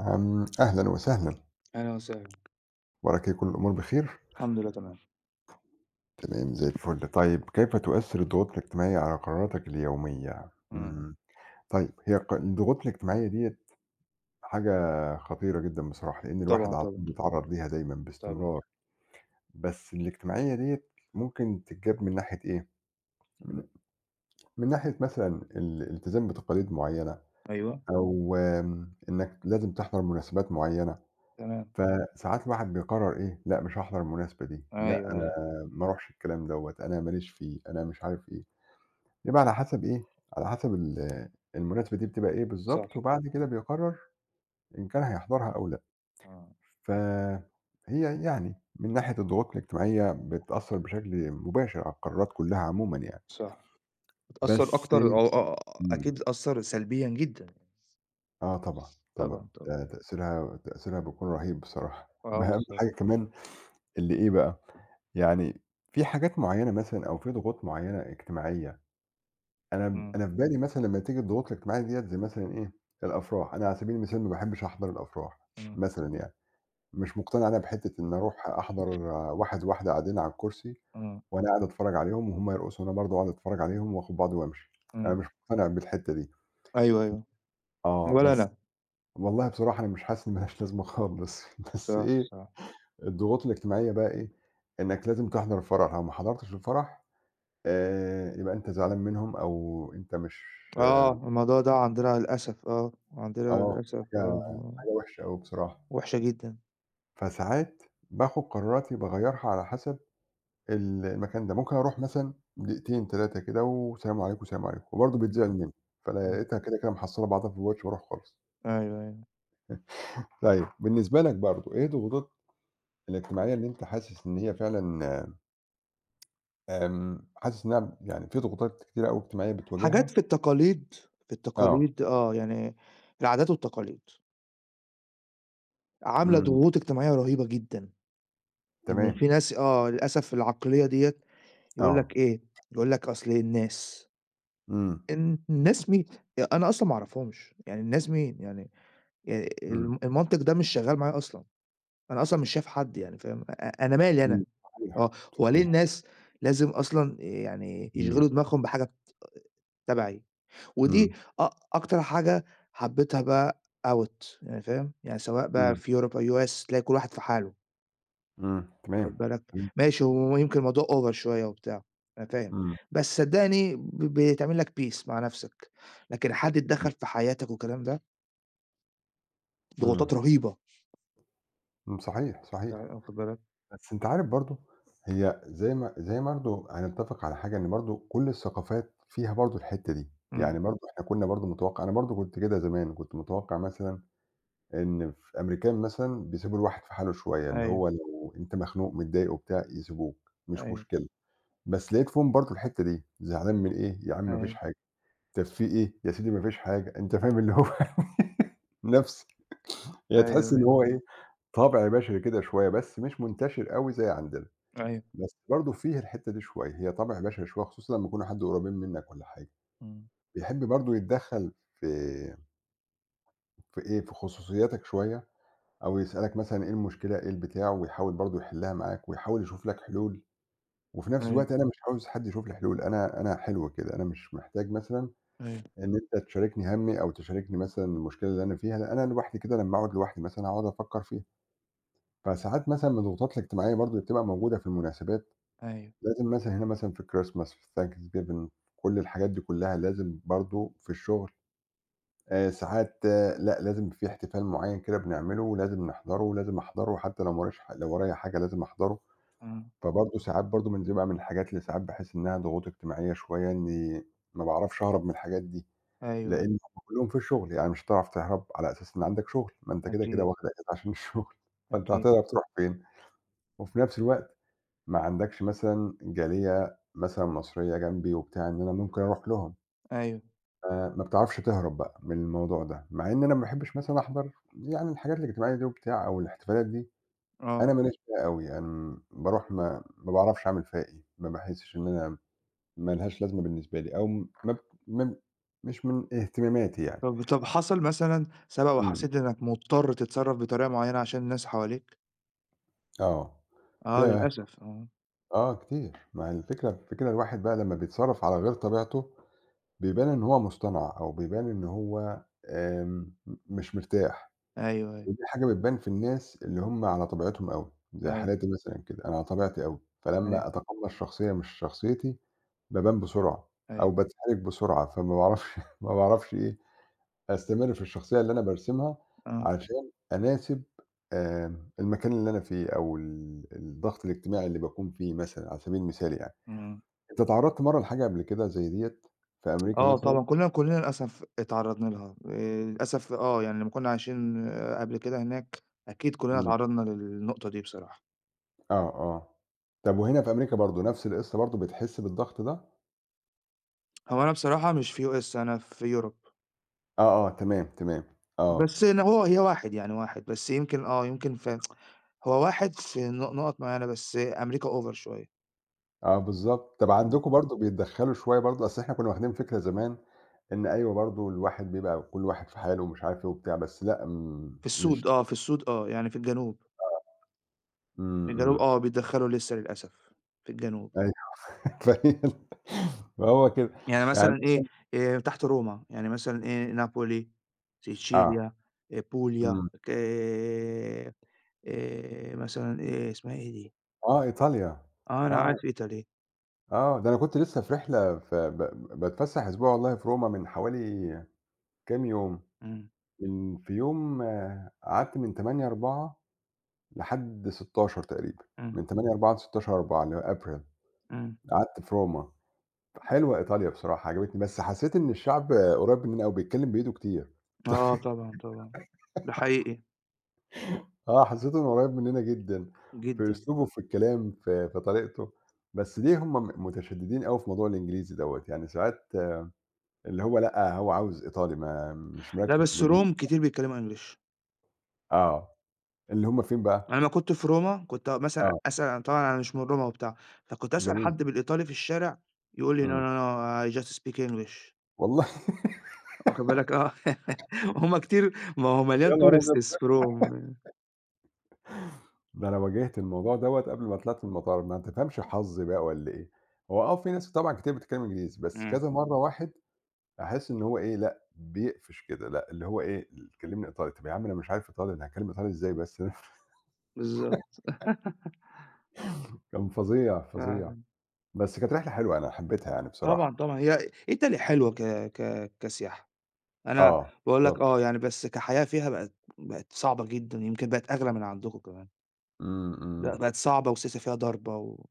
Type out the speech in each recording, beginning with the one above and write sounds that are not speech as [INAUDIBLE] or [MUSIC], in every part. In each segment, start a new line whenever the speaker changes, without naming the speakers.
أهلًا وسهلًا،
أهلًا وسهلًا.
أخبارك إيه، كل الأمور بخير؟
الحمد لله تمام.
تمام زي الفل. طيب كيف تؤثّر الضغوط الاجتماعية على قراراتك اليومية؟
إمم.
طيب هي الضغوط الاجتماعية ديّة حاجة خطيرة جدًا بصراحة، لإن الواحد
طبعًا،
على طول
طبعًا.
بيتعرّض ليها دايمًا
طبعًا.
باستمرار، بس الاجتماعية ديّة ممكن تتجاب من ناحية إيه، من ناحية مثلًا الالتزام بتقاليد معيّنة
أيوه.
أو إنّك لازم تحضر مناسبات معيّنة.
تمام.
فساعات الواحد بيقرر إيه، لأ مش هاحضر المناسبة دي، لأ
أيوه،
أنا
أيوه.
ما أروحش الكلام دوّة، أنا ما ليش فيه، أنا مش عارف إيه، يبقى على حسب إيه، على حسب المناسبة دي بتبقى إيه بالضبط،
صح.
وبعد كده بيقرر إن كان هيحضرها أو لأ.
آه.
فهي يعني من ناحية الضغوط الاجتماعية بتأثّر بشكل مباشر على القرارات كلّها عمومًا يعني،
صح. اتأثّر
بس
أكتر أو
إمم،
أكيد اتأثّر سلبيًا جدًا. يعني.
آه طبعًا، طبعًا،
طبعًا، طبعًا.
ده تأثيرها بيكون رهيب بصراحة. [LAUGHS]
آه
ده أهم
بالضبط.
حاجة كمان اللي إيه بقى، يعني في حاجات معيّنة مثلًا أو في ضغوط معيّنة اجتماعية، أنا
إمم،
أنا في بالي مثلًا لمّا تيجي الضغوط الاجتماعية ديّة زي مثلًا إيه، الأفراح، أنا على سبيل المثال ما باحبش أحضر الأفراح
إمم،
مثلًا يعني، مش مقتنع أنا بحتّة إني أروح أحضر واحد وواحدة قاعدين على الكرسي
إمم،
وأنا قاعد أتفرّج عليهم وهُم يرقصوا وأنا برضه أقعد أتفرّج عليهم وآخُد بعضي وأمشي، أنا
إمم.
مش مقتنع بالحتّة دي.
أيوه، أيوه.
آه،
ولا
بس
أنا.
والله بصراحة أنا مش حاسس إن ما لهاش لازمة خالص، [LAUGHS] بس
صح،
إيه،
صح.
الضغوط الاجتماعية بقى إيه، إنّك لازم تحضر الفرح، لو ما حضرتش الفرح يبقى أنت زعلان منهم أو أنت مش آه،
آه. الموضوع ده عندنا للأسف آه. عندنا
آه،
للأسف آه.
حاجة وحشة أوي بصراحة.
وحشة جدًا.
فساعات باخد قراراتي باغيّرها على حسب المكان ده، ممكن أروح مثلًا دقيقتين 3 كده وسلام عليكم، سلام عليكم، وبرضه
إمم،
بيتزعل منّي،
إمم.
فلقيتها كده، كده محصلة بعضها في الواتش وأروح خالص.
أيوه، أيوه.
طيب بالنسبة لك برضه إيه الضغوطات الاجتماعية اللي أنت حاسس إن هي فعلًا حاسس إنها يعني في ضغوطات كتيرة أوي اجتماعية
حاجات
بتواجهها؟
في التقاليد
آه.
آه. يعني العادات والتقاليد. عاملة
إمم.
ضغوط اجتماعية رهيبة جدًا، إن
تمام.
في ناس آه، للأسف العقلية ديّة يقول
آه.
لك إيه، يقول لك أصل الناس،
إمم.
الناس مين؟ أنا أصلًا ما أعرفهمش، يعني الناس مين؟ يعني
إمم.
المنطق ده مش شغال معايا أصلًا، أنا أصلًا مش شايف حد يعني فاهم؟ أنا مالي أنا؟
إمم، صحيح.
آه، هو ليه
صحيح.
الناس لازم أصلًا يعني
إمم.
يشغلوا دماغهم بحاجة تبعي؟
إمم.
ودي أكتر حاجة حبيتها بقى out يعني فاهم؟ يعني سواء بقى
إمم.
في أوروبا، US تلاقي كل واحد في حاله.
إمم،
واخد
تمام.
بالك،
تمام.
ماشي هو يمكن الموضوع over شوية وبتاع، أنا فاهم،
إمم.
بس صدّقني بتعمل لك peace مع نَفْسك، لكن حد
إمم.
اتدخّل في حياتك والكلام ده،
إمم.
ضغوطات رهيبة،
إمم، صحيح، صحيح.
يعني واخد بالك،
بس أنت عارف برضه هي زي ما زي برضه هنتفق على حاجة إن برضه كل الثقافات فيها برضه الحتّة دي،
إمم،
يعني برضه إحنا كنا برضه متوقع أنا برضه كنت كده زمان، كنت متوقع مثلًا إن في أمريكان مثلًا بيسيبوا الواحد في حاله شوية، اللي
أيوه،
هو لو أنت مخنوق متضايق وبتاع يسيبوك، مش
أيوه،
مشكلة، بس لقيت فيهم برضه الحتّة دي، زعلان من إيه، يا عم ما فيش
أيوه،
حاجة، طب في إيه، يا سيدي ما فيش حاجة، أنت فاهم اللي هو [LAUGHS] نفس هي
أيوه،
تحسّي إن
أيوه،
هو إيه، طابع بشري كده شوية، بس مش منتشر أوي زي عندنا،
أيوه،
بس برضه فيه الحتّة دي شوية، هي طابع بشري شوية خصوصًا لمّا يكونوا حد قريبين منّك والّا حاجة،
إمم،
بيحب برضه يتدخّل في إيه، في خصوصياتك شوية أو يسألك مثلًا إيه المشكلة، إيه البتاع ويحاول برضه يحلّها معاك ويحاول يشوف لك حلول، وفي نفس
أيوه،
الوقت أنا مش عاوز حد يشوف لي حلول، أنا حلو كده، أنا مش محتاج مثلًا
أيوه،
إن أنت تشاركني هَمّي أو تشاركني مثلًا المشكلة اللي أنا فيها، لأ أنا لوحدي كده لمّا أقعد لوحدي مثلًا هاقعد أفكّر فيها. فساعات مثلًا من الضغوطات الاجتماعية برضه اللي بتبقى موجودة في المناسبات،
أيوه،
لازم مثلًا هنا مثلًا في الChristmas، في الThanksgiving، كل الحاجات دي كلّها لازم برضه في الشغل ساعات آه لأ، لازم في احتفال معيّن كده بنعمله ولازم نحضره ولازم أحضره حتى لو ما وراش لو ورايا حاجة لازم أحضره،
إمم،
فبرضه ساعات برضه من بيبقى من الحاجات اللي ساعات باحس إنها ضغوط اجتماعية شوية إني ما باعرفش أهرب من الحاجات دي،
أيوه،
لإن
أيوه،
هم كلّهم في الشغل، يعني مش هتعرف تهرب على أساس إن عندك شغل، ما أنت كده، كده
أكيد،
واخد أجازة عشان الشغل، [LAUGHS] فأنت
أكيد،
هتهرب تروح فين؟ وفي نفس الوقت ما عندكش مثلًا جالية مثلًا مصرية جنبي وبتاع إن أنا ممكن أروح لهم،
أيوه،
ما بتعرفش تهرب بقى من الموضوع ده، مع إن أنا ما باحبش مثلًا أحضر يعني الحاجات الاجتماعية دي وبتاع أو الاحتفالات دي، أنا
آه،
ما ليش فيها أوي، أنا باروح ما باعرفش أعمل فيها إيه، ما باحسش إن أنا ما لهاش لازمة بالنسبة لي أو م ما ب ما ب- مش من اهتماماتي يعني.
طَب حصل مثلًا سبق
إمم.
وحسيت إنك مضطر تتصرّف بطريقة معيّنة عشان الناس حواليك؟
آه.
آه
ياه!
للأسف، آه،
آه كتير، ما هي الفكرة في كده الواحد بقى لمّا بيتصرف على غير طبيعته بيبان إن هو مصطنع، أو بيبان إن هو آمم، مش مرتاح،
أيوه، أيوه،
ودي حاجة بتبان في الناس اللي هُم على طبيعتهم أوي، زي
أيوه،
حالاتي مثلًا كده، أنا على طبيعتي أوي،
أيوه،
فلمّا أتقمص شخصية مش شخصيتي بابان بسرعة، أو
أيوه،
باتحرج بسرعة، فما باعرفش [LAUGHS] ما باعرفش إيه، أستمر في الشخصية اللي أنا بارسمها
آه.
علشان أناسب المكان اللي أنا فيه، أو الضغط الاجتماعي اللي باكون فيه مثلًا على سبيل المثال يعني.
إمم.
أنت اتعرضت مرّة لحاجة قبل كده زي ديّة في أمريكا
آه
مثلًا؟
طبعًا، كُلّنا للأسف اتعرّضنا لها، للأسف آه، يعني لمّا كُنّا عايشين قبل كده هناك، أكيد كُلّنا
إمم.
اتعرّضنا للنقطة دي بصراحة.
آه، آه. طب وهنا في أمريكا برضه نفس القصة برضه بتحس بالضغط ده؟
هو أنا بصراحة مش في US أنا في Europe،
آه، آه، تمام، تمام. آه.
بس أنا هو هي واحد، يعني واحد، بس يمكن آه، يمكن [SNIFFS] هو واحد في نُقَط معيّنة بس أمريكا over شوية.
آه بالضبط. طب
إمم.
عندكم برضه بيتدخّلوا شوية برضه؟ أصل إحنا كُنّا واخدين فكرة زمان إن أيوه برضه الواحد بيبقى كل واحد في حاله ومش عارف إيه وبتاع، بس لأ
في
مش
السود آه، في السود آه، يعني في الجنوب،
إمم.
في الجنوب
إمم.
آه، بيتدخّلوا لسه للأسف، في الجنوب.
[LAUGHS] أيوه فهي فهو كده.
يعني
يعني
مثلًا إيه، تحت روما، يعني مثلًا إيه، نابولي،
آه.
سيتشيليا، بُوليا،
إمم.
ك مثلًا إيه، اسمها إيه دي؟
آه، إيطاليا.
آه، أنا قاعد
آه،
في إيطالي.
آه. ده أنا كنت لسه في رحلة ف ب باتفسّح أسبوع والله في روما من حوالي كام يوم.
إمم،
من في يوم آه، قعدت من 8/4 لحد 16 تقريبا،
إمم،
من 8/4 ل16/4 اللي هو April،
إمم.
قعدت في روما، حلوة إيطاليا بصراحة عجبتني، بس حسيت إن الشعب قريب مننا أوي بيتكلم بإيده كتير،
آه طبعًا، طبعًا. ده حقيقي
آه حسيت إنه قريب مننا جدًا، في
جدًا.
أسلوبه في الكلام في طريقته، بس ليه هم متشددين أوي في موضوع الإنجليزي دوّة، يعني ساعات آه، اللي هو لأ هو عاوز إيطالي ما مش
لا
مركّز في
بس
الإنجليزي
روم كتير بيتكلموا English.
آه، اللي هم فين
أنا
بقى؟
لمّا كنت في روما كنت مثلًا
آه،
أسأل طبعًا أنا مش من روما وبتاع، فكنت أسأل
جميل.
حد بالإيطالي في الشارع يقول لي: "No،
إمم.
no، no I just speak English."
والله. [LAUGHS]
واخد بالك آه، [LAUGHS] هُم كتير ما هو
يا
مليان
نهار أبيض!
tourists from
ده أنا واجهت الموضوع دوّة قبل ما طلعت من المطار، ما تفهمش حظ بقى والّا إيه، هو آه في ناس طبعًا كتير بتتكلم إنجليزي، بس
إمم.
كذا مرّة واحد أحس إن هو إيه، لأ بيقفش كده، لأ اللي هو إيه، ال كلمني إيطالي، طب يا عم أنا مش عارف إيطالي، أنا هاتكلم إيطالي إزاي بس [LAUGHS]
بالضبط. [LAUGHS]
كان فظيع، فظيع،
فعلًا،
بس كانت رحلة حلوة أنا حبيتها يعني بصراحة.
طبعًا، طبعًا، هي إيطاليا حلوة ك ك كسياحة، أنا
آه
باقول لك
بالضبط.
آه، يعني بس كحياة فيها بقت صعبة جدًا، يمكن بقت أغلى من عندكم كمان،
إمم.
لأ
إمم.
بقت صعبة والسياسة فيها ضاربة و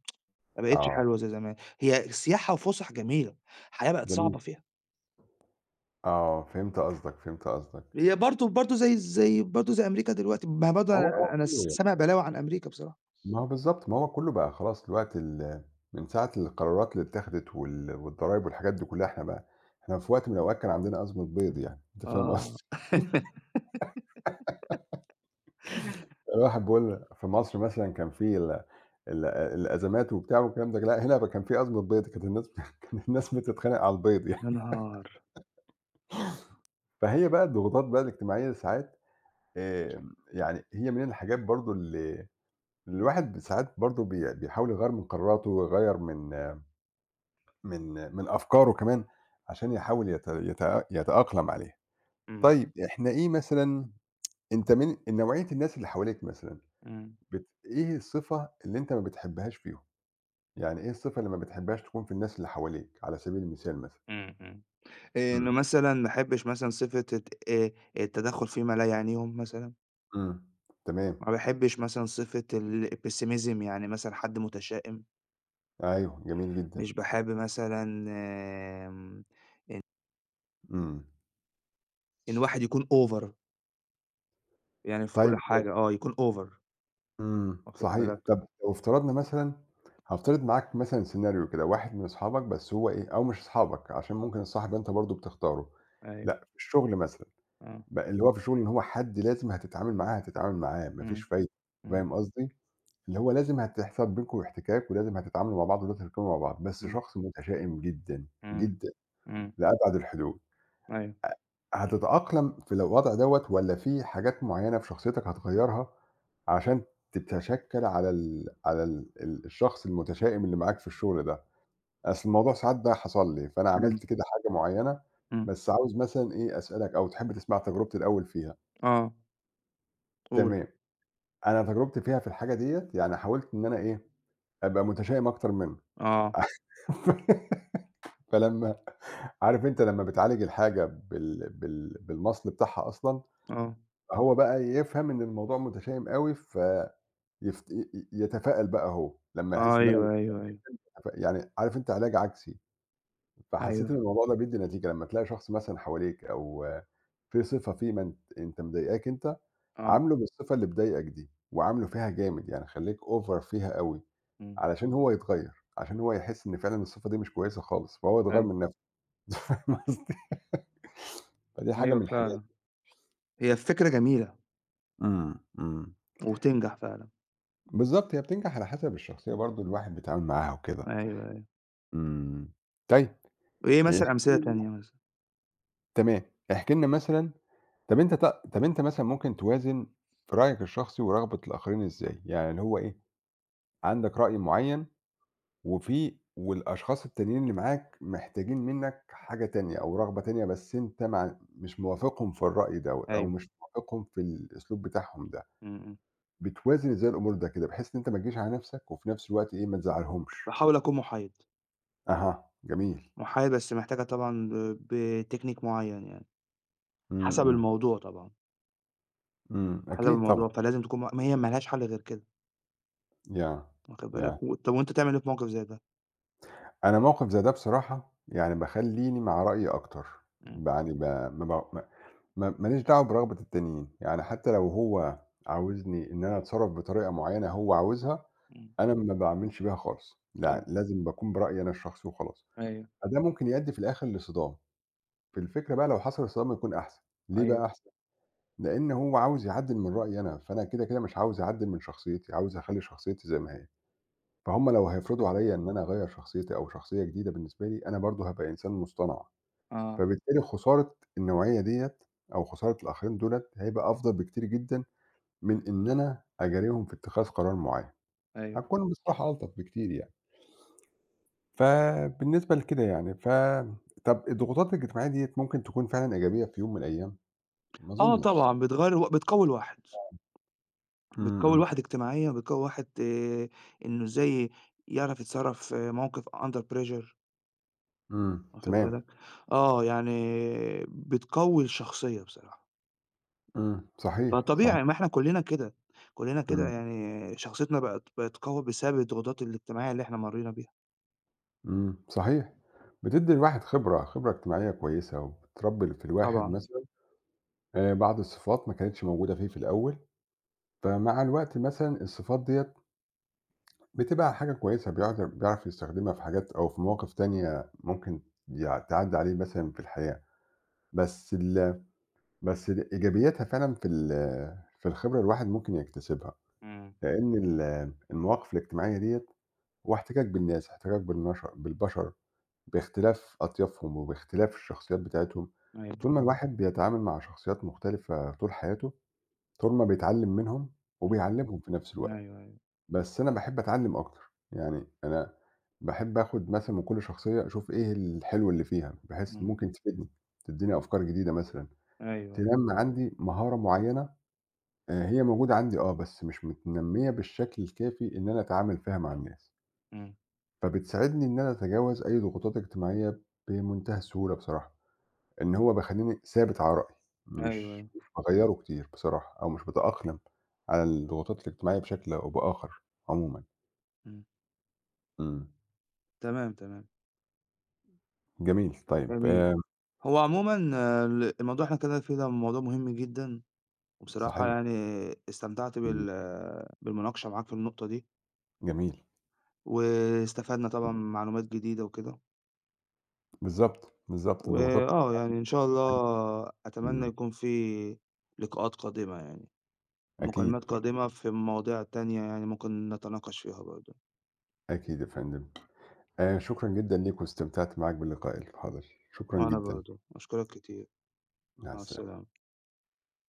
ما بقتش
آه
حلوة زي زمان، هي سياحة وفُسح جميلة، الحياة بقت
جميل.
صعبة فيها،
آه فهمت قصدك، فهمت قصدك.
هي برضه زي أمريكا دلوقتي، ما برضه
هو
أنا
حلو.
سامع بلاوي عن أمريكا بصراحة.
ما هو بالضبط، ما هو كُلّه بقى خلاص دلوقتي من ساعة القرارات اللي اتّاخدت والضرايب والحاجات دي كُلّها إحنا بقى إحنا في وقت من الأوقات كان عندنا أزمة بيض يعني، [LAUGHS] أنت فاهم
آه،
قصدي؟ [LAUGHS] الواحد بيقول في مصر مثلًا كان في ال ال الأزمات وبتاع والكلام ده، لأ هنا بقى كان في أزمة بيض، كانت الناس [LAUGHS] كانت الناس بتتخانق على البيض يعني.
يا نهار!
فهي بقى الضغوطات بقى الاجتماعية ساعات يعني هي من الحاجات برضه اللي الواحد ساعات برضه بيحاول يغيّر من قراراته ويغيّر من من أفكاره كمان عشان يحاول يت يتأ يتأقلم عليها.
إمم،
طيب إحنا إيه مثلًا أنت من نوعية الناس اللي حواليك مثلًا
إمم،
إيه الصفة اللي أنت ما بتحبهاش فيهم؟ يعني إيه الصفة اللي ما بتحبهاش تكون في الناس اللي حواليك على سبيل المثال مثلًا؟
إمم، إمم. إنه
إمم.
مثلًا ما أحبّش مثلًا صفة التدخُّل في ما لا يعنيهم مثلًا،
إمم، تمام.
ما باحبّش مثلًا صفة الpessimism يعني مثلًا حد متشائم،
أيوه جميل جدًا.
مش باحب مثلًا آمم إن
إمم.
إن واحد يكون over يعني في كل
طيب لو
حاجة آه، يكون over
إمم،
واخِد
صحيح.
بالك؟
طب لو افترضنا مثلًا هافترض معاك مثلًا سيناريو كده، واحد من أصحابك بس هو إيه أو مش أصحابك عشان ممكن الصاحب أنت برضه بتختاره،
أيوه،
لأ في الشغل مثلًا.
آه،
اللي هو في الشغل إن هو حد لازم هتتعامل معاه، هتتعامل معاه، ما فيش
إمم،
فايدة،
إمم،
فاهم قصدي؟ اللي هو لازم هتحصل بينكم احتكاك ولازم هتتعاملوا مع بعض ولازم تتكلموا مع بعض، بس
إمم،
شخص متشائم جدًا،
إمم،
جدًا
إمم،
لأبعد الحدود،
أيوه،
هتتأقلم في الوضع دوّة والّا في حاجات معيّنة في شخصيتك هتغيّرها عشان تتشكّل على ال على ال ال الشخص المتشائم اللي معاك في الشغل ده؟ أصل الموضوع ساعات ده حصل لي، فأنا
إمم،
عملت كده حاجة معيّنة،
إمم،
بس عاوز مثلًا إيه أسألك أو تحب تسمع تجربتي الأول فيها؟
آه، قُل،
تمام. أنا تجربتي فيها في الحاجة ديّة، يعني حاولت إن أنا إيه، أبقى متشائم أكتر منه
آه،
[LAUGHS] فلمّا عارف أنت لمّا بتعالج الحاجة بالمَصل بتاعها أصلًا،
آه،
فهو بقى يفهم إن الموضوع متشائم أوي فيفت ي ي يتفائل بقى هو، لمّا
أيوه،
يحس إن أنا
أيوه، أيوه،
يعني عارف أنت علاج عكسي، فحسيت إن
أيوه،
الموضوع ده بيدّي نتيجة، لمّا تلاقي شخص مثلًا حواليك أو في صفة فيه ما أنت مضايقاك أنت،
آه،
عامله بالصفة اللي بتضايقك دي، وعامله فيها جامد، يعني خلّيك over فيها أوي،
إمم.
علشان هو يتغيّر، عشان هو يحس إن فعلًا الصفة دي مش كويسة خالص، فهو يتغيّر
أيوه،
من نَفْسه [LAUGHS] فاهم قصدي؟ فدي حاجة من
أيوه
الحاجات
فعلًا. هي فكرة جميلة
إمم. إمم.
وبتنجح فعلًا.
بالضبط، هي بتنجح على حسب الشخصية برضه الواحد بيتعامل معاها وكده.
أيوه، أيوه.
إمم. طيب
وإيه
احكِ
مثلًا أمثلة
لنا
تانية مثلًا؟
تمام. احكِ لنا مثلًا طَب أنت طَب أنت مثلًا ممكن توازن في رأيك الشخصي ورغبة الآخرين إزاي؟ يعني اللي هو إيه، عندك رأي معيّن والأشخاص التانيين اللي معاك محتاجين منّك حاجة تانية أو رغبة تانية بس أنت مش موافقهم في الرأي دوّة أو
أيوه،
مش موافقهم في الأسلوب بتاعهم ده،
إمم، إمم.
بتوازن إزاي الأمور ده كده بحيث إن أنت ما تجيش على نَفْسك وفي نَفْس الوقت إيه، ما تزعّلهمش؟
باحاول أكون محايد،
أها، جميل.
محايد بس محتاجة طبعًا بتكنيك معيّن يعني،
إمم.
حسب
إمم.
الموضوع طبعًا،
إمم،
حسب
أكيد طبعًا.
الموضوع فلازم تكون ما هي ما لهاش حل غير كده،
ياه!
واخد بالك،
ياه!
طب وأنت تعمل إيه في موقف زي ده؟
أنا موقِف زي ده بصراحة يعني بيخلّيني مع رأيي أكتر،
إمم،
يعني ب ما ب ما ما ليش دعوة برغبة التانيين، يعني حتى لو هو عاوزني إن أنا أتصرّف بطريقة معيّنة هو عاوزها،
إمم.
أنا ما باعملش بيها خالص، لأ
أيوه،
لازم باكون برأيي أنا الشخصي وخلاص،
أيوه،
فده ممكن يؤدّي في الآخر لصدام، في الفكرة بقى لو حصل الصدام يكون أحسن، ليه
أيوه،
بقى أحسن؟ لإن هو عاوز يعدّل من رأيي أنا، فأنا كده، كده مش عاوز أعدّل من شخصيتي، عاوز أخلّي شخصيتي زي ما هي، فهُم لو هيفرضوا
أيوه،
عليّا إن أنا أغيّر شخصيتي أو شخصية جديدة بالنسبة لي، أنا برضه هابقى إنسان مصطنع.
آه،
فبالتالي خسارة النوعية ديّة أو خسارة الآخرين دُولة هيبقى أفضل بكتير جدًا من إن أنا أجاريهم في اتخاذ قرار معيّن،
أيوه.
هاكون بصراحة ألطف بكتير يعني. فبالنسبة لكده يعني ف طَب الضغوطات الاجتماعية ديّة ممكن تكون فعلًا إيجابية في يوم من الأيام؟ ما
آه
أظنش صح؟
طبعًا، بتغيّر الوا بتقوي الواحد.
إمم.
بتقوّي
إمم.
الواحد اجتماعيًا، بتقوّي الواحد إنه إزاي يعرف يتصرّف في موقف under pressure
إمم،
واخد
تمام.
بالك، آه، يعني بتقوّي الشخصية بصراحة،
إمم، صحيح،
فطبيعي
صحيح.
ما إحنا كُلّنا كده، كُلّنا كده
إمم.
يعني شخصيتنا بقت قوية بسبب الضغوطات الاجتماعية اللي إحنا مرّينا بيها،
إمم، صحيح. بتدّي الواحد خبرة، خبرة اجتماعية كويسة وبتربّي في الواحد
طبعًا.
مثلًا بعض الصفات ما كانتش موجودة فيه في الأول. فمع الوقت مثلًا الصفات ديّة بتبقى حاجة كويسة، بيقعد بيعرف يستخدمها في حاجات أو في مواقف تانية ممكن تعدّي عليه مثلًا في الحياة، بس ال بس إيجابياتها فعلًا في في الخبرة الواحد ممكن يكتسبها،
إمم،
لإن المواقف الاجتماعية ديّة هو احتكاك بالناس، احتكاك بالبشر باختلاف أطيافهم وباختلاف الشخصيات بتاعتهم،
أيوه،
طول ما الواحد بيتعامل مع شخصيات مختلفة طول حياته، طول ما بيتعلم منهم
إمم،
وبيعلمهم في نفس الوقت.
أيوه، أيوه،
بس أنا باحب أتعلّم أكتر، يعني أنا باحب آخُد مثلًا من كل شخصية أشوف إيه الحلو اللي فيها، بحيث
إمم،
ممكن تفيدني، تدّيني أفكار جديدة مثلًا،
أيوه، أيوه،
تنمّي عندي مهارة معيّنة هي موجودة عندي آه، بس مش متنمّية بالشكل الكافي إن أنا أتعامل فيها مع الناس،
إمم،
فبتساعدني إن أنا أتجاوز أي ضغوطات اجتماعية بمنتهى السهولة بصراحة، إن هو بيخلّيني ثابت على رأيي،
أيوه،
مش
أيوه،
مش باغيّره كتير بصراحة أو مش باتأقلم على الضغوطات الاجتماعية بشكل أو بآخر عمومًا.
إمم،
إمم.
تمام، تمام.
جميل، طيب
جميل. هو عمومًا الموضوع اللي إحنا اتكلّمنا فيه ده موضوع مهم جدًا. وبصراحة
صحيح.
يعني استمتعت
إمم.
بالمناقشة معاك في النقطة دي،
جميل.
واستفدنا طبعًا
إمم.
معلومات جديدة وكده،
بالضبط، بالضبط ضغوطات
وآه يعني إن شاء الله
معيّنة.
أتمنى
إمم.
يكون في لقاءات قادمة يعني،
أكيد،
مكالمات
أكيد.
قادمة في مواضيع تانية يعني ممكن نتناقش فيها برضه،
أكيد يا فندم، شكرًا جدًا ليك واستمتعت معاك بلقائي، حاضر، شكرًا
وأنا
جدًا،
برضه، أشكرك كتير،
مع
مع
السلامة.
السلامة.